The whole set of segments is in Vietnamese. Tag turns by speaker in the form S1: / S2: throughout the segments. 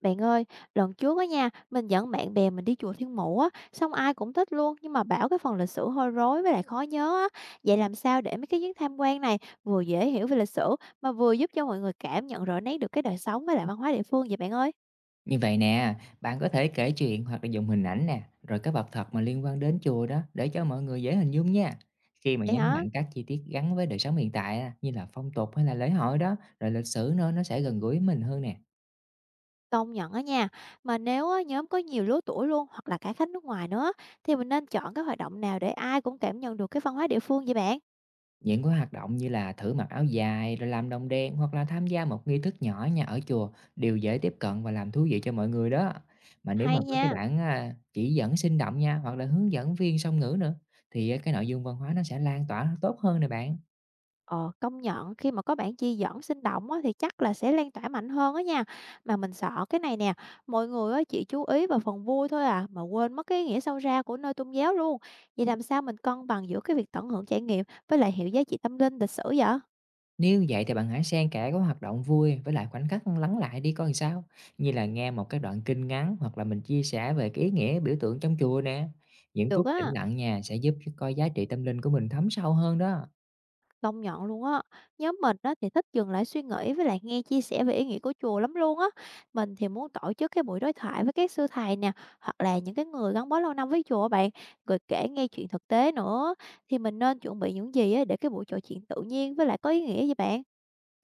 S1: Bạn ơi, lần trước á nha, mình dẫn bạn bè mình đi chùa Thiên Mụ á, xong ai cũng thích luôn, nhưng mà bảo cái phần lịch sử hơi rối với lại khó nhớ á. Vậy làm sao để mấy cái chuyến tham quan này vừa dễ hiểu về lịch sử mà vừa giúp cho mọi người cảm nhận rõ nét được cái đời sống với lại văn hóa địa phương vậy bạn ơi?
S2: Như vậy nè, bạn có thể kể chuyện hoặc là dùng hình ảnh nè, rồi các vật thật mà liên quan đến chùa đó để cho mọi người dễ hình dung nha. Khi mà
S1: Vậy
S2: nhấn
S1: hả?
S2: mạnh các chi tiết gắn với đời sống hiện tại á, như là phong tục hay là lễ hội đó, rồi lịch sử nữa nó sẽ gần gũi với mình hơn nè.
S1: Công nhận á nha. Mà nếu á, nhóm có nhiều lứa tuổi luôn hoặc là cả khách nước ngoài nữa thì mình nên chọn cái hoạt động nào để ai cũng cảm nhận được cái văn hóa địa phương vậy bạn?
S2: Những cái hoạt động như là thử mặc áo dài, rồi làm đồng đen hoặc là tham gia một nghi thức nhỏ nha ở chùa đều dễ tiếp cận và làm thú vị cho mọi người đó. Mà nếu
S1: Hay
S2: mà có cái
S1: nha.
S2: bản chỉ dẫn sinh động nha, hoặc là hướng dẫn viên song ngữ nữa, thì cái nội dung văn hóa nó sẽ lan tỏa tốt hơn nè bạn.
S1: Ờ, công nhận khi mà có bản chi dẫn sinh động á, thì chắc là sẽ lan tỏa mạnh hơn á nha. Mà mình sợ cái này nè, mọi người á, chỉ chú ý vào phần vui thôi à, mà quên mất cái ý nghĩa sâu xa của nơi tôn giáo luôn. Vậy làm sao mình cân bằng giữa cái việc tận hưởng trải nghiệm với lại hiểu giá trị tâm linh lịch sử vậy?
S2: Nếu vậy thì bạn hãy xen kẽ các hoạt động vui với lại khoảnh khắc lắng lại đi coi sao. Như là nghe một cái đoạn kinh ngắn hoặc là mình chia sẻ về cái ý nghĩa biểu tượng trong chùa nè. Những
S1: Được
S2: phút tĩnh
S1: á.
S2: lặng nhà sẽ giúp cho coi giá trị tâm linh của mình thấm sâu hơn đó.
S1: Công nhận luôn á, nhóm mình á thì thích dừng lại suy nghĩ với lại nghe chia sẻ về ý nghĩa của chùa lắm luôn á. Mình thì muốn tổ chức cái buổi đối thoại với các sư thầy nè, hoặc là những cái người gắn bó lâu năm với chùa á bạn, rồi kể nghe chuyện thực tế nữa. Thì mình nên chuẩn bị những gì á để cái buổi trò chuyện tự nhiên với lại có ý nghĩa vậy bạn?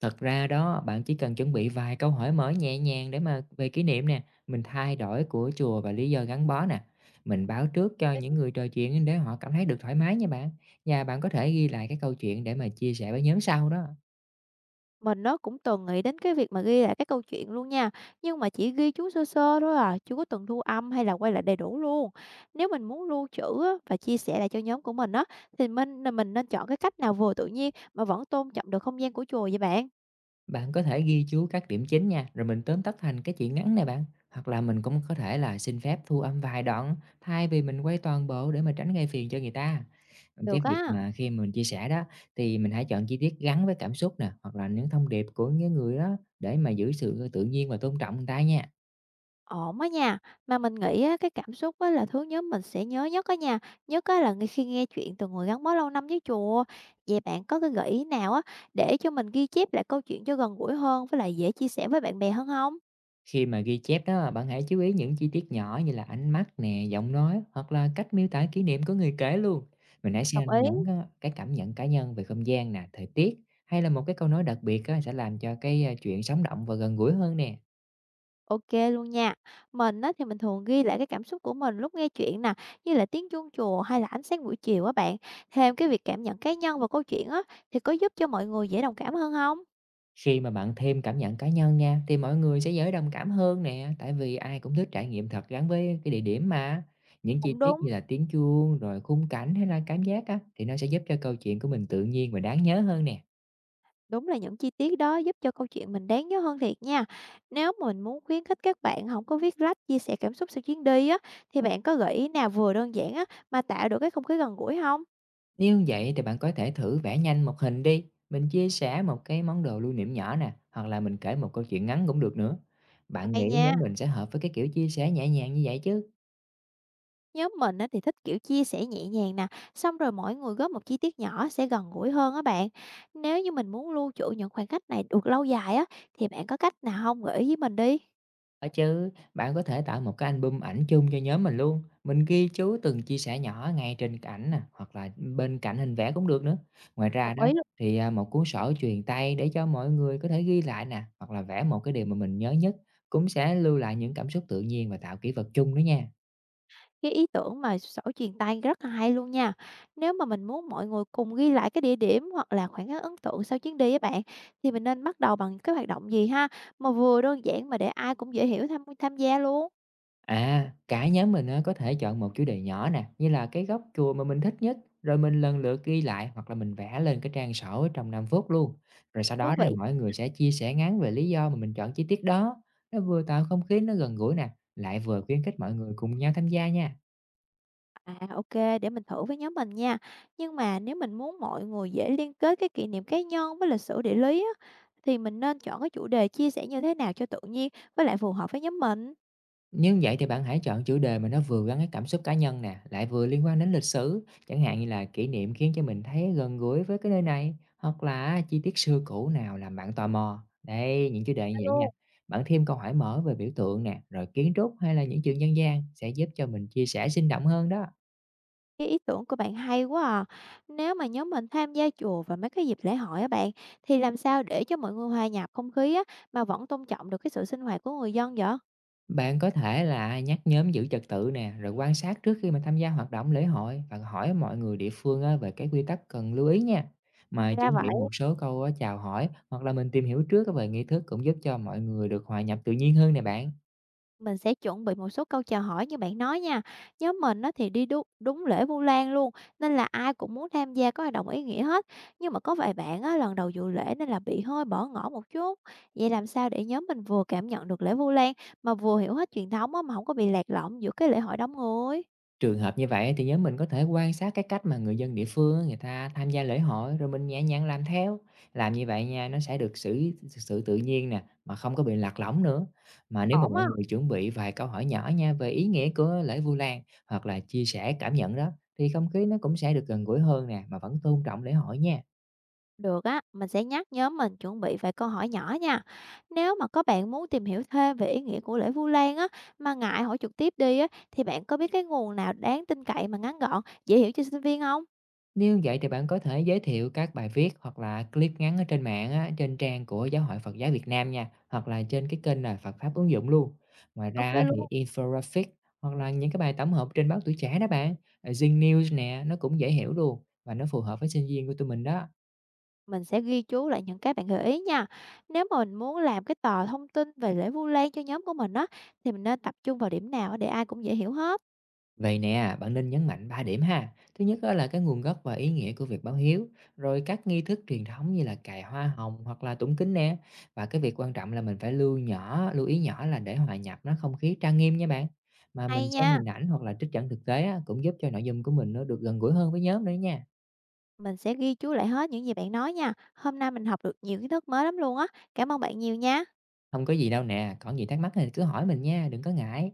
S2: Thật ra đó, bạn chỉ cần chuẩn bị vài câu hỏi mở nhẹ nhàng để mà về kỷ niệm nè, mình thay đổi của chùa và lý do gắn bó nè. Mình báo trước cho những người trò chuyện để họ cảm thấy được thoải mái nha bạn. Và bạn có thể ghi lại cái câu chuyện để mà chia sẻ với nhóm sau đó.
S1: Mình nó cũng từng nghĩ đến cái việc mà ghi lại các câu chuyện luôn nha, nhưng mà chỉ ghi chú sơ sơ thôi à, chưa có từng thu âm hay là quay lại đầy đủ luôn. Nếu mình muốn lưu trữ á, và chia sẻ lại cho nhóm của mình á, thì mình nên chọn cái cách nào vừa tự nhiên mà vẫn tôn trọng được không gian của chùa vậy bạn?
S2: Bạn có thể ghi chú các điểm chính nha, rồi mình tóm tắt thành cái chuyện ngắn này bạn. Hoặc là mình cũng có thể là xin phép thu âm vài đoạn thay vì mình quay toàn bộ để mà tránh gây phiền cho người ta. Còn cái
S1: Được
S2: việc
S1: á,
S2: mà khi mà mình chia sẻ đó thì mình hãy chọn chi tiết gắn với cảm xúc nè, hoặc là những thông điệp của những người đó để mà giữ sự tự nhiên và tôn trọng người ta nha.
S1: ổn á nha, mà mình nghĩ á, cái cảm xúc á, là thứ nhóm mình sẽ nhớ nhất á nha, nhất á, là ngay khi nghe chuyện từ người gắn bó lâu năm với chùa. Vậy bạn có cái gợi ý nào á, để cho mình ghi chép lại câu chuyện cho gần gũi hơn với lại dễ chia sẻ với bạn bè hơn không?
S2: Khi mà ghi chép đó, bạn hãy chú ý những chi tiết nhỏ như là ánh mắt nè, giọng nói hoặc là cách miêu tả kỷ niệm của người kể luôn. Mình hãy
S1: Đồng
S2: xem
S1: ý.
S2: cái cảm nhận cá nhân về không gian nè, thời tiết hay là một cái câu nói đặc biệt á, sẽ làm cho chuyện sống động và gần gũi hơn nè.
S1: OK luôn nha. Mình á, thì mình thường ghi lại cái cảm xúc của mình lúc nghe chuyện nè, như là tiếng chuông chùa hay là ánh sáng buổi chiều á bạn. Thêm cái việc cảm nhận cá nhân vào câu chuyện á, thì có giúp cho mọi người dễ đồng cảm hơn không?
S2: Khi mà bạn thêm cảm nhận cá nhân nha, thì mọi người sẽ dễ đồng cảm hơn nè, tại vì ai cũng thích trải nghiệm thật gắn với cái địa điểm mà. Những chi
S1: Cũng
S2: tiết
S1: đúng.
S2: như là tiếng chuông, rồi khung cảnh hay là cảm giác á, thì nó sẽ giúp cho câu chuyện của mình tự nhiên và đáng nhớ hơn nè.
S1: Đúng là những chi tiết đó giúp cho câu chuyện mình đáng nhớ hơn thiệt nha. Nếu mình muốn khuyến khích các bạn không có viết lách chia sẻ cảm xúc sau chuyến đi á, thì bạn có gợi ý nào vừa đơn giản á, mà tạo được cái không khí gần gũi không?
S2: Nếu vậy thì bạn có thể thử vẽ nhanh một hình đi, mình chia sẻ một cái món đồ lưu niệm nhỏ nè, hoặc là mình kể một câu chuyện ngắn cũng được nữa. Bạn
S1: Hay
S2: nghĩ nhóm
S1: nha.
S2: mình sẽ hợp với cái kiểu chia sẻ nhẹ nhàng như vậy chứ?
S1: Nhóm mình á thì thích kiểu chia sẻ nhẹ nhàng nè, xong rồi mỗi người góp một chi tiết nhỏ sẽ gần gũi hơn á bạn. Nếu như mình muốn lưu trữ những khoảnh khắc này được lâu dài á, thì bạn có cách nào không gợi ý với mình đi?
S2: Ở chứ, bạn có thể tạo một cái album ảnh chung cho nhóm mình luôn. Mình ghi chú từng chia sẻ nhỏ ngay trên cái ảnh nè, hoặc là bên cạnh hình vẽ cũng được nữa. Ngoài ra
S1: Đồng
S2: đó
S1: ý luôn.
S2: thì à, một cuốn sổ truyền tay để cho mọi người có thể ghi lại nè, hoặc là vẽ một cái điều mà mình nhớ nhất cũng sẽ lưu lại những cảm xúc tự nhiên và tạo kỷ vật chung đó nha.
S1: Cái ý tưởng mà sổ truyền tay rất là hay luôn nha. Nếu mà mình muốn mọi người cùng ghi lại cái địa điểm hoặc là khoảnh khắc ấn tượng sau chuyến đi á bạn, thì mình nên bắt đầu bằng cái hoạt động gì ha, mà vừa đơn giản mà để ai cũng dễ hiểu tham tham gia luôn.
S2: À, cả nhóm mình á, có thể chọn một chủ đề nhỏ nè, như là cái góc chùa mà mình thích nhất, rồi mình lần lượt ghi lại hoặc là mình vẽ lên cái trang sổ trong 5 phút luôn. Rồi sau
S1: Thú
S2: đó thì
S1: vị.
S2: mọi người sẽ chia sẻ ngắn về lý do mà mình chọn chi tiết đó. Nó vừa tạo không khí nó gần gũi nè, lại vừa khuyến khích mọi người cùng nhau tham gia nha.
S1: À, ô, để mình thử với nhóm mình nha. Nhưng mà nếu mình muốn mọi người dễ liên kết cái kỷ niệm cá nhân với lịch sử địa lý á, thì mình nên chọn cái chủ đề chia sẻ như thế nào cho tự nhiên với lại phù hợp với nhóm mình?
S2: Nếu vậy thì bạn hãy chọn chủ đề mà nó vừa gắn cái cảm xúc cá nhân nè, lại vừa liên quan đến lịch sử, chẳng hạn như là kỷ niệm khiến cho mình thấy gần gũi với cái nơi này, hoặc là chi tiết xưa cũ nào làm bạn tò mò. Đây, những chủ đề như vậy nha.
S1: Alo.
S2: Bạn thêm câu hỏi mở về biểu tượng nè, rồi kiến trúc hay là những chuyện dân gian sẽ giúp cho mình chia sẻ sinh động hơn đó.
S1: Cái ý tưởng của bạn hay quá à. Nếu mà nhóm mình tham gia chùa và mấy cái dịp lễ hội á bạn, thì làm sao để cho mọi người hòa nhập không khí á, mà vẫn tôn trọng được cái sự sinh hoạt của người dân vậy?
S2: Bạn có thể là nhắc nhóm giữ trật tự nè, rồi quan sát trước khi mà tham gia hoạt động lễ hội và hỏi mọi người địa phương á, về cái quy tắc cần lưu ý nha. Mà
S1: Ra
S2: chuẩn bị
S1: vậy.
S2: một số câu chào hỏi hoặc là mình tìm hiểu trước á về nghi thức cũng giúp cho mọi người được hòa nhập tự nhiên hơn nè bạn.
S1: Mình sẽ chuẩn bị một số câu chào hỏi như bạn nói nha. Nhóm mình nó thì đi đúng lễ Vu Lan luôn, nên là ai cũng muốn tham gia các hoạt động ý nghĩa hết. Nhưng mà có vài bạn á, lần đầu dự lễ nên là bị hơi bỏ ngỏ một chút. Vậy làm sao để nhóm mình vừa cảm nhận được lễ Vu Lan mà vừa hiểu hết truyền thống á, mà không có bị lạc lõng giữa cái lễ hội đông người?
S2: Trường hợp như vậy thì nhóm mình có thể quan sát cái cách mà người dân địa phương á, người ta tham gia lễ hội rồi mình nhẹ nhàng làm theo. Làm như vậy nha, nó sẽ được xử sự tự nhiên nè, mà không có bị lạc lõng nữa. Mà nếu mà
S1: Ổn
S2: mọi
S1: á.
S2: người chuẩn bị vài câu hỏi nhỏ nha về ý nghĩa của lễ Vu Lan hoặc là chia sẻ cảm nhận đó thì không khí nó cũng sẽ được gần gũi hơn nè mà vẫn tôn trọng lễ hội nha.
S1: Được á, mình sẽ nhắc nhóm mình chuẩn bị vài câu hỏi nhỏ nha. Nếu mà có bạn muốn tìm hiểu thêm về ý nghĩa của lễ Vu Lan á, mà ngại hỏi trực tiếp đi á, thì bạn có biết cái nguồn nào đáng tin cậy mà ngắn gọn, dễ hiểu cho sinh viên không?
S2: Nếu vậy thì bạn có thể giới thiệu các bài viết hoặc là clip ngắn ở trên mạng á, trên trang của Giáo hội Phật giáo Việt Nam nha, hoặc là trên cái kênh là Phật Pháp Ứng Dụng luôn. Ngoài ra
S1: OK
S2: á, thì
S1: luôn.
S2: infographic hoặc là những cái bài tổng hợp trên báo Tuổi Trẻ đó bạn, Zing News nè, nó cũng dễ hiểu luôn và nó phù hợp với sinh viên của tụi mình đó.
S1: Mình sẽ ghi chú lại những cái bạn gợi ý nha. Nếu mà mình muốn làm cái tờ thông tin về lễ Vu Lan cho nhóm của mình á, thì mình nên tập trung vào điểm nào để ai cũng dễ hiểu hết.
S2: Vậy nè, bạn nên nhấn mạnh 3 điểm ha. Thứ nhất đó là cái nguồn gốc và ý nghĩa của việc báo hiếu, rồi các nghi thức truyền thống như là cài hoa hồng hoặc là tụng kinh nè. Và cái việc quan trọng là mình phải lưu ý nhỏ là để hòa nhập nó không khí trang nghiêm nha bạn. Mà
S1: Hay
S2: mình xem
S1: nha.
S2: hình ảnh hoặc là trích dẫn thực tế á, cũng giúp cho nội dung của mình nó được gần gũi hơn với nhóm nữa nha.
S1: Mình sẽ ghi chú lại hết những gì bạn nói nha. Hôm nay mình học được nhiều kiến thức mới lắm luôn á. Cảm ơn bạn nhiều nha.
S2: Không có gì đâu nè, còn gì thắc mắc thì cứ hỏi mình nha, đừng có ngại.